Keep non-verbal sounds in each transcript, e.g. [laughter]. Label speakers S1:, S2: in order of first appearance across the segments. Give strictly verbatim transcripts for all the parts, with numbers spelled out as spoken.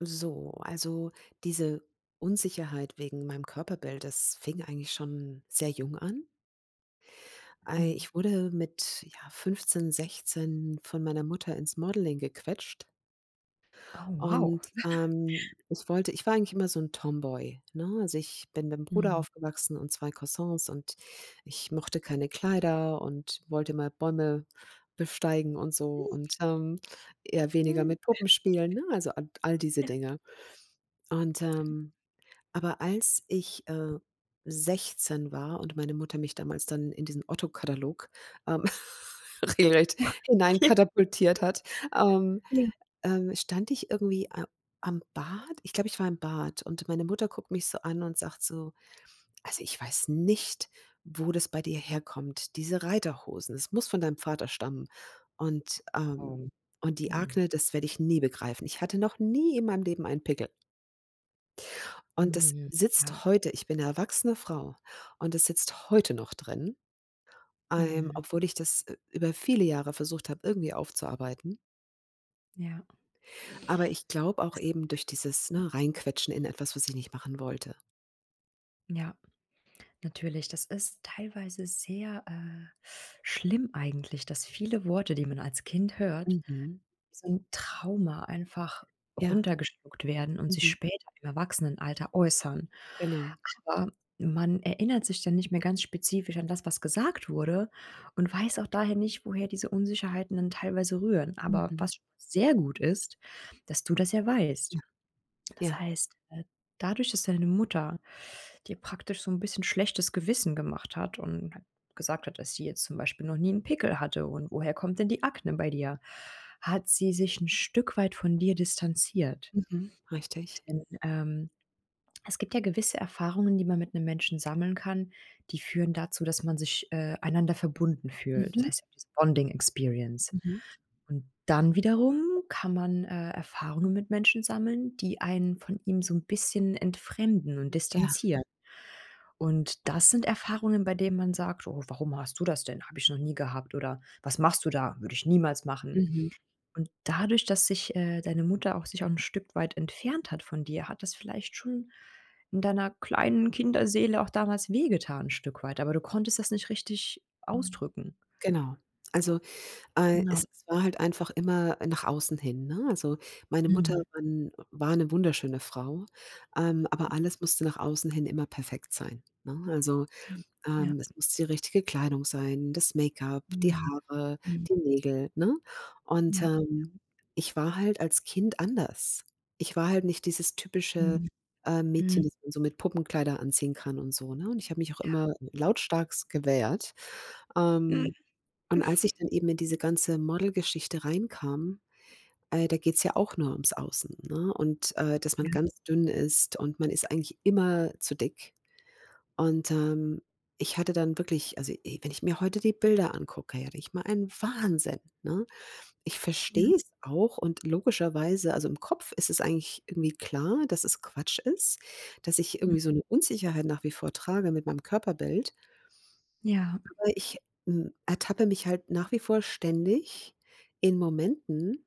S1: So, also diese Unsicherheit wegen meinem Körperbild, das fing eigentlich schon sehr jung an. Ei,
S2: Mhm.
S1: ich wurde mit ja, fünfzehn, sechzehn von meiner Mutter ins Modeling gequetscht.
S2: Oh, wow.
S1: Und ähm, ich wollte, ich war eigentlich immer so ein Tomboy. Ne? Also ich bin mit einem Bruder
S2: Mhm.
S1: aufgewachsen und zwei Cousins, und ich mochte keine Kleider und wollte mal Bäume besteigen und so und ähm, eher weniger
S2: Mhm.
S1: mit Puppen spielen, ne? Also all, all diese Dinge. Und ähm, Aber als ich, äh, sechzehn war und meine Mutter mich damals dann in diesen Otto-Katalog, ähm, [laughs] regelrecht hineinkatapultiert hat, ähm, ähm, stand ich irgendwie a am Bad. Ich glaube, ich war im Bad und meine Mutter guckt mich so an und sagt so: „Also, ich weiß nicht, wo das bei dir herkommt, diese Reiterhosen. Es muss von deinem Vater stammen.“ Und, ähm
S2: Oh,
S1: und die
S2: mhm.
S1: Akne, das werde ich nie begreifen. Ich hatte noch nie in meinem Leben einen Pickel. Und das
S2: Mhm. Ja,
S1: sitzt heute, ich bin 'ne erwachsene Frau, und das sitzt heute noch drin, ähm,
S2: mhm.
S1: obwohl ich das, äh, über viele Jahre versucht habe, irgendwie aufzuarbeiten.
S2: Ja,
S1: Aber ich glaube auch
S2: das
S1: eben durch dieses, ne, Reinquetschen in etwas, was ich nicht machen wollte.
S2: ja, natürlich. Das ist teilweise sehr, äh, schlimm eigentlich, dass viele Worte, die man als Kind hört.
S1: Mhm.
S2: So 'n Trauma einfach
S1: Ja.
S2: runtergeschluckt werden und sich
S1: Mhm.
S2: später im Erwachsenenalter äußern.
S1: Genau.
S2: Aber man erinnert sich dann nicht mehr ganz spezifisch an das, was gesagt wurde und weiß auch daher nicht, woher diese Unsicherheiten dann teilweise rühren. Aber
S1: Mhm.
S2: was sehr gut ist, dass du das ja weißt.
S1: Ja.
S2: Das
S1: Ja.
S2: heißt, äh, dadurch, dass deine Mutter dir praktisch so ein bisschen schlechtes Gewissen gemacht hat und halt gesagt hat, dass sie jetzt zum Beispiel noch nie einen Pickel hatte und woher kommt denn die Akne bei dir, hat sie sich ein Stück weit von dir distanziert.
S1: Mhm. Richtig.
S2: Denn, ähm, es gibt ja gewisse Erfahrungen, die man mit einem Menschen sammeln kann, die führen dazu, dass man sich, äh, einander verbunden fühlt. Das
S1: Mhm.
S2: heißt ja diese Bonding Experience.
S1: Mhm.
S2: Und dann wiederum kann man, äh, Erfahrungen mit Menschen sammeln, die einen von ihm so ein bisschen entfremden und
S1: Ja.
S2: distanzieren. Und das sind Erfahrungen, bei denen man sagt: „Oh, warum hast du das denn? Habe ich noch nie gehabt.“ oder „Was machst du da? Würde ich niemals machen.“
S1: Mhm.
S2: Und dadurch, dass sich, äh, deine Mutter auch sich auch 'n Stück weit entfernt hat von dir, hat das vielleicht schon in deiner kleinen Kinderseele auch damals wehgetan 'n Stück weit, aber du konntest das nicht richtig Mhm. ausdrücken.
S1: Genau. Also. Äh,
S2: Genau.
S1: es es war halt einfach immer nach außen hin, ne? Also, meine Mutter
S2: Mhm.
S1: war 'n war 'ne wunderschöne Frau, ähm, aber alles musste nach außen hin immer perfekt sein, ne? Also,
S2: Mhm.
S1: ähm, es musste die richtige Kleidung sein, das Make-up,
S2: Ja.
S1: die Haare,
S2: Mhm.
S1: die Nägel, ne? Und,
S2: Ja.
S1: ähm, ich war halt als Kind anders. Ich war halt nicht dieses typische,
S2: Mhm.
S1: äh, Mädchen,
S2: Mhm.
S1: das man so mit Puppenkleider anziehen kann und so, ne? Und ich habe mich auch
S2: Ja.
S1: immer lautstarkst gewehrt,
S2: Mhm.
S1: ähm und als ich dann eben in diese ganze Model-Geschichte reinkam, äh, da geht's ja auch nur ums Außen, ne? Und, äh, dass man
S2: Ja.
S1: ganz dünn ist und man ist eigentlich immer zu dick. Und, ähm, ich hatte dann wirklich, also, ey, wenn ich mir heute die Bilder angucke, ja, ich mal ein Wahnsinn, ne? Ich
S2: Ja.
S1: verstehe es auch und logischerweise, also, im Kopf ist es eigentlich irgendwie klar, dass es Quatsch ist, dass ich
S2: Mhm.
S1: irgendwie so eine Unsicherheit nach wie vor trage mit meinem Körperbild.
S2: Ja.
S1: Weil ich, hm, ertappe mich halt nach wie vor ständig in Momenten,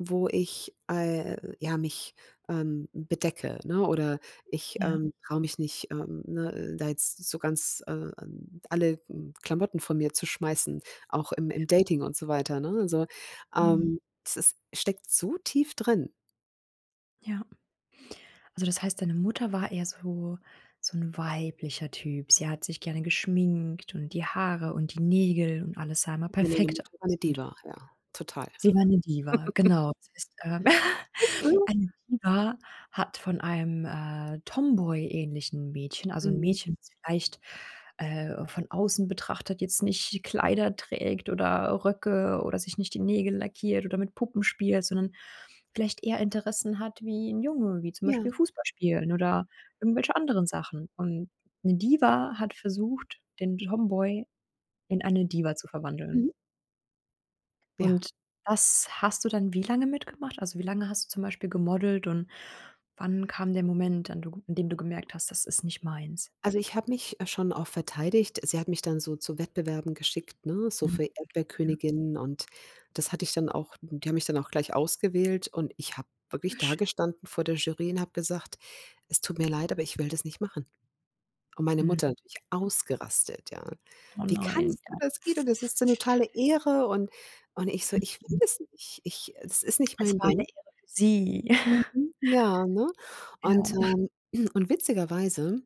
S1: wo ich, äh, ja, mich, ähm, bedecke, ne? Oder ich,
S2: Ja.
S1: ähm, traue mich nicht, ähm, ne, da jetzt so ganz, äh, alle, hm, Klamotten von mir zu schmeißen, auch im im Dating und so weiter, ne? Also,
S2: Mhm.
S1: ähm, das ist steckt so tief drin.
S2: Ja. Also, das heißt, deine Mutter war eher so so 'n weiblicher Typ. Sie hat sich gerne geschminkt und die Haare und die Nägel und alles sah immer
S1: Ja, meine
S2: perfekt
S1: Mutter war eine
S2: aus und
S1: Diva, ja, total.
S2: sie war 'ne Diva, genau. Das heißt, ähm [laughs]
S1: Mhm.
S2: eine Diva hat von einem, äh, Tomboy-ähnlichen Mädchen also 'n
S1: Mhm.
S2: Mädchen, das vielleicht, äh, von außen betrachtet jetzt nicht Kleider trägt oder Röcke oder sich nicht die Nägel lackiert oder mit Puppen spielt, sondern vielleicht eher Interessen hat wie 'n Junge, wie zum
S1: Ja.
S2: Beispiel Fußball spielen oder irgendwelche anderen Sachen. Und 'ne Diva hat versucht, den Tomboy in eine Diva zu
S1: Mhm.
S2: verwandeln.
S1: Ja.
S2: Und das hast du dann wie lange mitgemacht? Also, wie lange hast du zum Beispiel gemodelt und wann kam der Moment, an du an dem du gemerkt hast: „Das ist nicht meins?“
S1: Also, ich habe mich, äh, schon auch verteidigt. Sie hat mich dann so zu Wettbewerben geschickt, ne, so
S2: Mhm.
S1: für Erdbeerköniginnen, und das hatte ich dann auch, die haben mich dann auch gleich ausgewählt, und ich habe wirklich
S2: Na schön.
S1: dagestanden vor der Jury und habe gesagt: „Es tut mir leid, aber ich will das nicht machen.“ Und meine
S2: Mhm.
S1: Mutter natürlich ausgerastet, ja.
S2: Oh
S1: „Wie
S2: nein,
S1: kannst du
S2: ja.
S1: das? Guido, das ist eine totale Ehre“, und und ich so: „Ich will
S2: Mhm.
S1: das nicht. Ich das ist nicht
S2: Es
S1: mein
S2: war eine
S1: Ding.“
S2: Ehre für Sie. [laughs]
S1: Mhm, ja, ne? Und,
S2: Ja.
S1: ähm [clears throat] und witzigerweise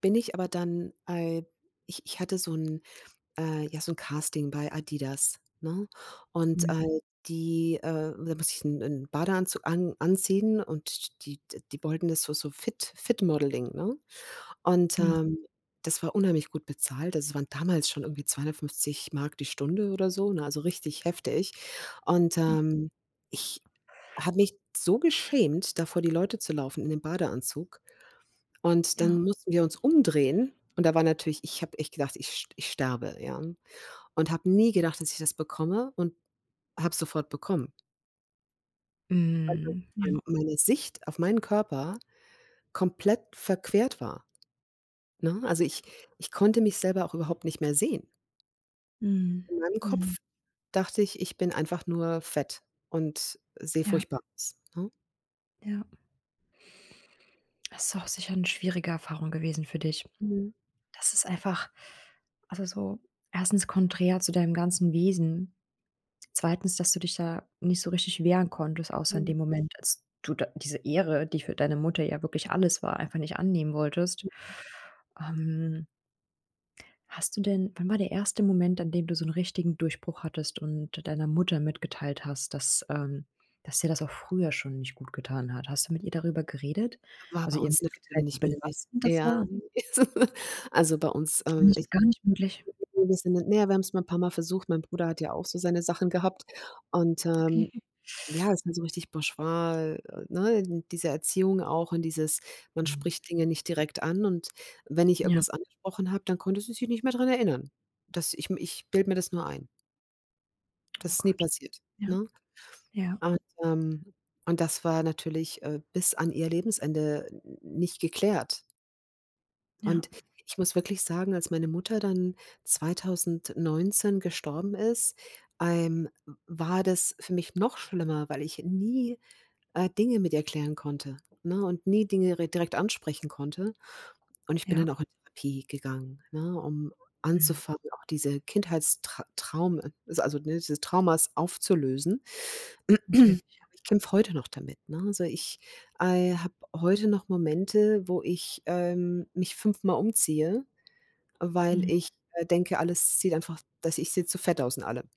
S1: bin ich aber dann äh, ich ich hatte so ein äh, ja, so ein Casting bei Adidas, ne? Und,
S2: Mhm.
S1: äh, die, äh da musste ich einen 'n Badeanzug an anziehen, und die die wollten das so so fit Fit Modeling, ne? Und,
S2: Mhm.
S1: ähm, das war unheimlich gut bezahlt. Also, es waren damals schon irgendwie zweihundertfünfzig Mark die Stunde oder so, ne, also richtig heftig. Und,
S2: Ja.
S1: ähm, ich habe mich so geschämt, davor die Leute zu laufen in dem Badeanzug. Und
S2: Ja.
S1: dann mussten wir uns umdrehen, und da war natürlich, ich habe echt gedacht, ich st ich sterbe, ja? Und habe nie gedacht, dass ich das bekomme, und habe es sofort bekommen, weil
S2: Mhm. Ja.
S1: mein meine Sicht auf meinen Körper komplett verquert war, ne? Also, ich ich konnte mich selber auch überhaupt nicht mehr sehen.
S2: Mhm.
S1: In meinem
S2: Mhm.
S1: Kopf dachte ich, ich bin einfach nur fett und sehe
S2: Ja,
S1: furchtbar aus, ne?
S2: ja. Das ist auch sicher eine schwierige Erfahrung gewesen für dich.
S1: Mhm,
S2: Das ist einfach also, so erstens konträr zu deinem ganzen Wesen. Zweitens, dass du dich da nicht so richtig wehren konntest, außer in
S1: mhm.
S2: dem Moment, als du da diese Ehre, die für deine Mutter ja wirklich alles war, einfach nicht annehmen wolltest. Ähm, hast du denn wann war der erste Moment, an dem du so 'n richtigen Durchbruch hattest und deiner Mutter mitgeteilt hast, dass, ähm dass dir das auch früher schon nicht gut getan hat? Hast du mit ihr darüber geredet?
S1: War bei
S2: Also, ihr
S1: uns in der Familie
S2: mitgeteilt, wie
S1: nicht möglich.
S2: belastend das
S1: Ja.
S2: war?
S1: [laughs] Also, bei uns, äh,
S2: Nicht gar nicht möglich.
S1: ne, wir sind, na ja, wir haben's mal 'n paarmal versucht. Mein Bruder hat ja auch so seine Sachen gehabt, und,
S2: Okay.
S1: ähm, ja, ist halt so richtig bourgeois, äh, ne, diese Erziehung auch, und dieses, man
S2: Mhm.
S1: spricht Dinge nicht direkt an, und wenn ich
S2: Ja,
S1: irgendwas angesprochen habe, dann konnte sie sich nicht mehr dran erinnern. Das ich m ich bilde mir das nur ein.
S2: oh
S1: Das ist nie
S2: Gott.
S1: passiert,
S2: Ja,
S1: ne?
S2: ja,
S1: Und, ähm und das war natürlich, äh, bis an ihr Lebensende n nicht geklärt.
S2: ja,
S1: Und ich muss wirklich sagen, als meine Mutter dann zwanzig neunzehn gestorben ist, ähm, war das für mich noch schlimmer, weil ich nie, äh, Dinge mit ihr klären konnte, ne, und nie Dinge re direkt ansprechen konnte. Und ich bin
S2: ja.
S1: dann auch in Therapie gegangen, ne, um
S2: Mhm.
S1: anzufangen, auch diese Kindheitstrau also also, ne, diese Traumas aufzulösen. [clears throat] Aber
S2: Natürlich.
S1: ich kämpfe heute noch damit, ne? Also, ich, äh, habe heute noch Momente, wo ich, ähm, mich fünfmal umziehe, weil
S2: Mhm.
S1: ich, äh, denke, alles sieht einfach dass ich sehe zu fett aus in allem.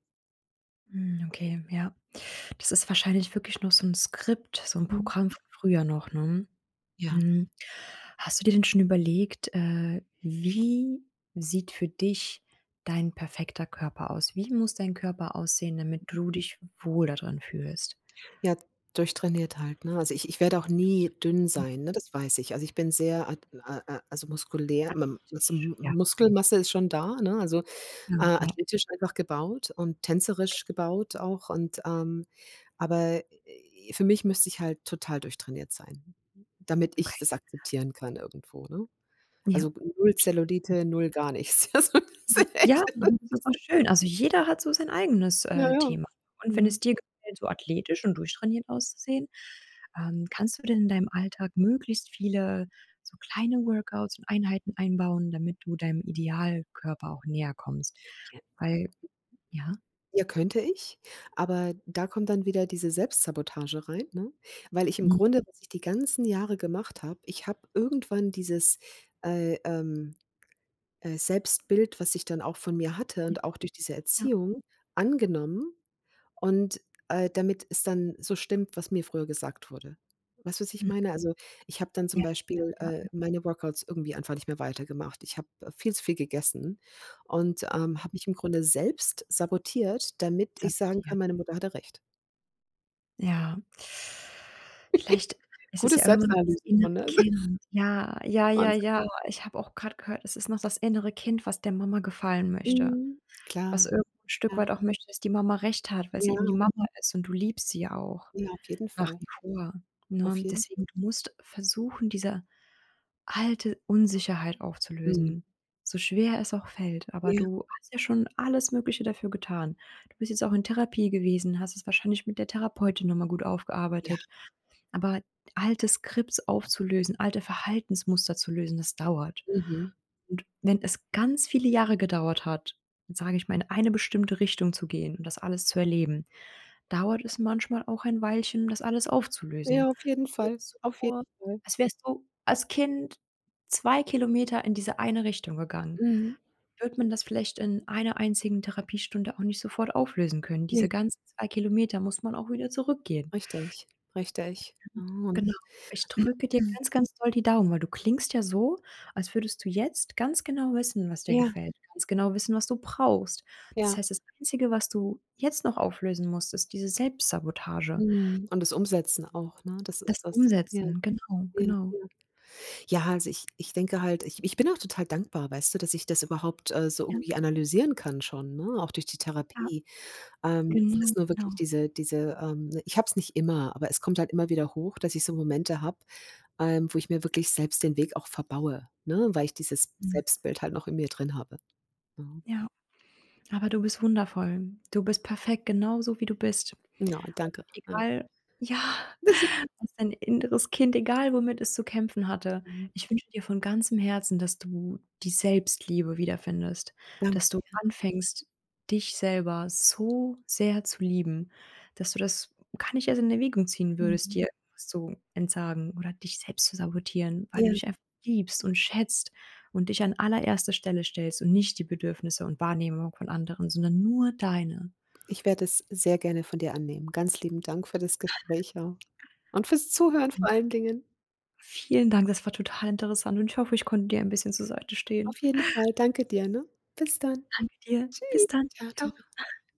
S2: Hm, okay, ja. Das ist wahrscheinlich wirklich noch so ein Skript, so ein
S1: Mhm.
S2: Programm von früher noch, ne?
S1: Ja.
S2: Mhm. Hast du dir denn schon überlegt, äh, wie sieht für dich dein perfekter Körper aus? Wie muss dein Körper aussehen, damit du dich wohl darin fühlst?
S1: Ja, durchtrainiert halt, ne? Also, ich ich werde auch nie dünn sein, ne? Das weiß ich. Also, ich bin sehr at äh, äh, also, muskulär, mem also,
S2: Athletisch,
S1: M
S2: ja,
S1: Muskelmasse ist schon da, ne? Also, äh,
S2: ja, ja,
S1: athletisch einfach gebaut und tänzerisch gebaut auch, und, ähm aber, äh, für mich müsste ich halt total durchtrainiert sein, damit
S2: okay.
S1: ich das akzeptieren kann irgendwo, ne?
S2: Ja.
S1: Also, null Zellulite, null gar nichts. [laughs] Also, das ist
S2: Ja,
S1: echt.
S2: das ist doch schön. Also, jeder hat so sein eigenes,
S1: Ja,
S2: äh,
S1: ja.
S2: Thema. Und wenn es
S1: Mhm.
S2: dir gefällt, so athletisch und durchtrainiert auszusehen, ähm, kannst du denn in deinem Alltag möglichst viele so kleine Workouts und Einheiten einbauen, damit du deinem Idealkörper auch näher kommst.
S1: Ja,
S2: Weil ja,
S1: ja, könnte ich, aber da kommt dann wieder diese Selbstsabotage rein, ne? Weil ich im
S2: mhm,
S1: Grunde, was ich die ganzen Jahre gemacht habe, ich habe irgendwann dieses, äh, ähm, äh, Selbstbild, was ich dann auch von mir hatte
S2: ja,
S1: und auch durch diese
S2: ja,
S1: Erziehung angenommen. Und, äh, damit es dann so stimmt, was mir früher gesagt wurde. Weißt du, was ich
S2: mhm,
S1: meine? Also, ich habe dann zum
S2: ja,
S1: Beispiel,
S2: ja,
S1: äh,
S2: ja,
S1: meine Workouts irgendwie einfach nicht mehr weitergemacht. Ich habe, äh, viel zu viel gegessen und, ähm, habe mich im Grunde selbst sabotiert, damit
S2: sehr
S1: ich
S2: gut,
S1: sagen
S2: ja.
S1: kann, meine Mutter hatte recht.
S2: Ja. Vielleicht ist es
S1: Gute
S2: ja auch immer noch das
S1: Selbstanalyse
S2: innere
S1: schon, ne? [laughs]
S2: Kind. Ja, ja, ja,
S1: Wahnsinn.
S2: ja. Ich habe auch gerade gehört, es ist noch das innere Kind, was der Mama gefallen möchte,
S1: Mhm.
S2: was
S1: Klar,
S2: irgendwo 'n Stück
S1: ja.
S2: weit auch möchte, dass die Mama recht hat, weil's
S1: Ja,
S2: eben die Mama ist und du liebst sie ja auch.
S1: ja, auf jeden
S2: Nach
S1: Fall.
S2: wie vor,
S1: Auf
S2: ne?
S1: jeden,
S2: Deswegen, du musst versuchen, diese alte Unsicherheit
S1: mhm.
S2: aufzulösen, so schwer es auch fällt. Aber
S1: Ja,
S2: du hast ja schon alles Mögliche dafür getan. Du bist jetzt auch in Therapie gewesen, hast es wahrscheinlich mit der Therapeutin noch mal gut
S1: ja,
S2: aufgearbeitet. Aber alte Skripts aufzulösen, alte Verhaltensmuster zu lösen, das dauert.
S1: mhm.
S2: Und wenn es ganz viele Jahre gedauert hat, sage ich mal, in eine bestimmte Richtung zu gehen und das alles zu erleben, dauert es manchmal auch ein Weilchen, das alles aufzulösen.
S1: Ja, auf jeden
S2: Stell dir
S1: Fall.
S2: das so
S1: Auf jeden
S2: vor,
S1: Fall.
S2: als wärst du als Kind zwei Kilometer in diese eine Richtung gegangen.
S1: Mhm.
S2: Wird man das vielleicht in einer einzigen Therapiestunde auch nicht sofort auflösen können.
S1: Ne,
S2: Diese ganzen zwei Kilometer muss man auch wieder zurückgehen.
S1: richtig, richtig. Ah, und.
S2: Genau. Ich drücke dir ganz, ganz doll die Daumen, weil du klingst ja so, als würdest du jetzt ganz genau wissen, was dir
S1: Ja,
S2: gefällt, ganz genau wissen, was du brauchst. Das
S1: ja.
S2: heißt, das Einzige, was du jetzt noch auflösen musst, ist diese Selbstsabotage.
S1: Mhm. Und das Umsetzen auch, ne? Das ist
S2: Das
S1: das. Ja,
S2: Umsetzen, genau,
S1: ja, ja.
S2: genau.
S1: Ja, also ich ich denke halt, ich ich bin auch total dankbar, weißt du, dass ich das überhaupt, äh, so
S2: Ja,
S1: irgendwie analysieren kann schon, ne, auch durch die
S2: ja,
S1: Therapie. Ähm, es
S2: genau,
S1: ist
S2: mhm.
S1: nur
S2: Genau.
S1: wirklich diese diese, ähm ne, ich habe es nicht immer, aber es kommt halt immer wieder hoch, dass ich so Momente habe, ähm, wo ich mir wirklich selbst den Weg auch verbaue, ne, weil ich dieses
S2: Mhm.
S1: Selbstbild halt noch in mir drin habe, ne?
S2: Ja. Aber du bist wundervoll. Du bist perfekt, genauso wie du bist.
S1: Ja, danke. Ja.
S2: Egal ja,
S1: Das.
S2: dass dein inneres Kind, egal womit es zu kämpfen hatte,
S1: Mhm.
S2: ich wünsche dir von ganzem Herzen, dass du die Selbstliebe wiederfindest,
S1: Danke
S2: dass du
S1: dir.
S2: anfängst, dich selber so sehr zu lieben, dass du das gar nicht erst in Erwägung ziehen würdest,
S1: Mhm.
S2: dir irgendwas zu entsagen oder dich selbst zu sabotieren, weil du
S1: Ja.
S2: dich einfach liebst und schätzt und dich an allererste Stelle stellst und nicht die Bedürfnisse und Wahrnehmung von anderen, sondern nur deine.
S1: Ich werde es sehr gerne von dir annehmen. Ganz lieben Dank für das Gespräch auch und fürs Zuhören vor allen Dingen.
S2: Vielen Dank, das war total interessant und ich hoffe, ich konnte dir ein bisschen zur Seite stehen.
S1: Auf jeden Fall. Danke dir, ne? Bis dann.
S2: Danke dir. Bis
S1: Tschüss.
S2: dann.
S1: Tschau,
S2: Tschau.
S1: tschau.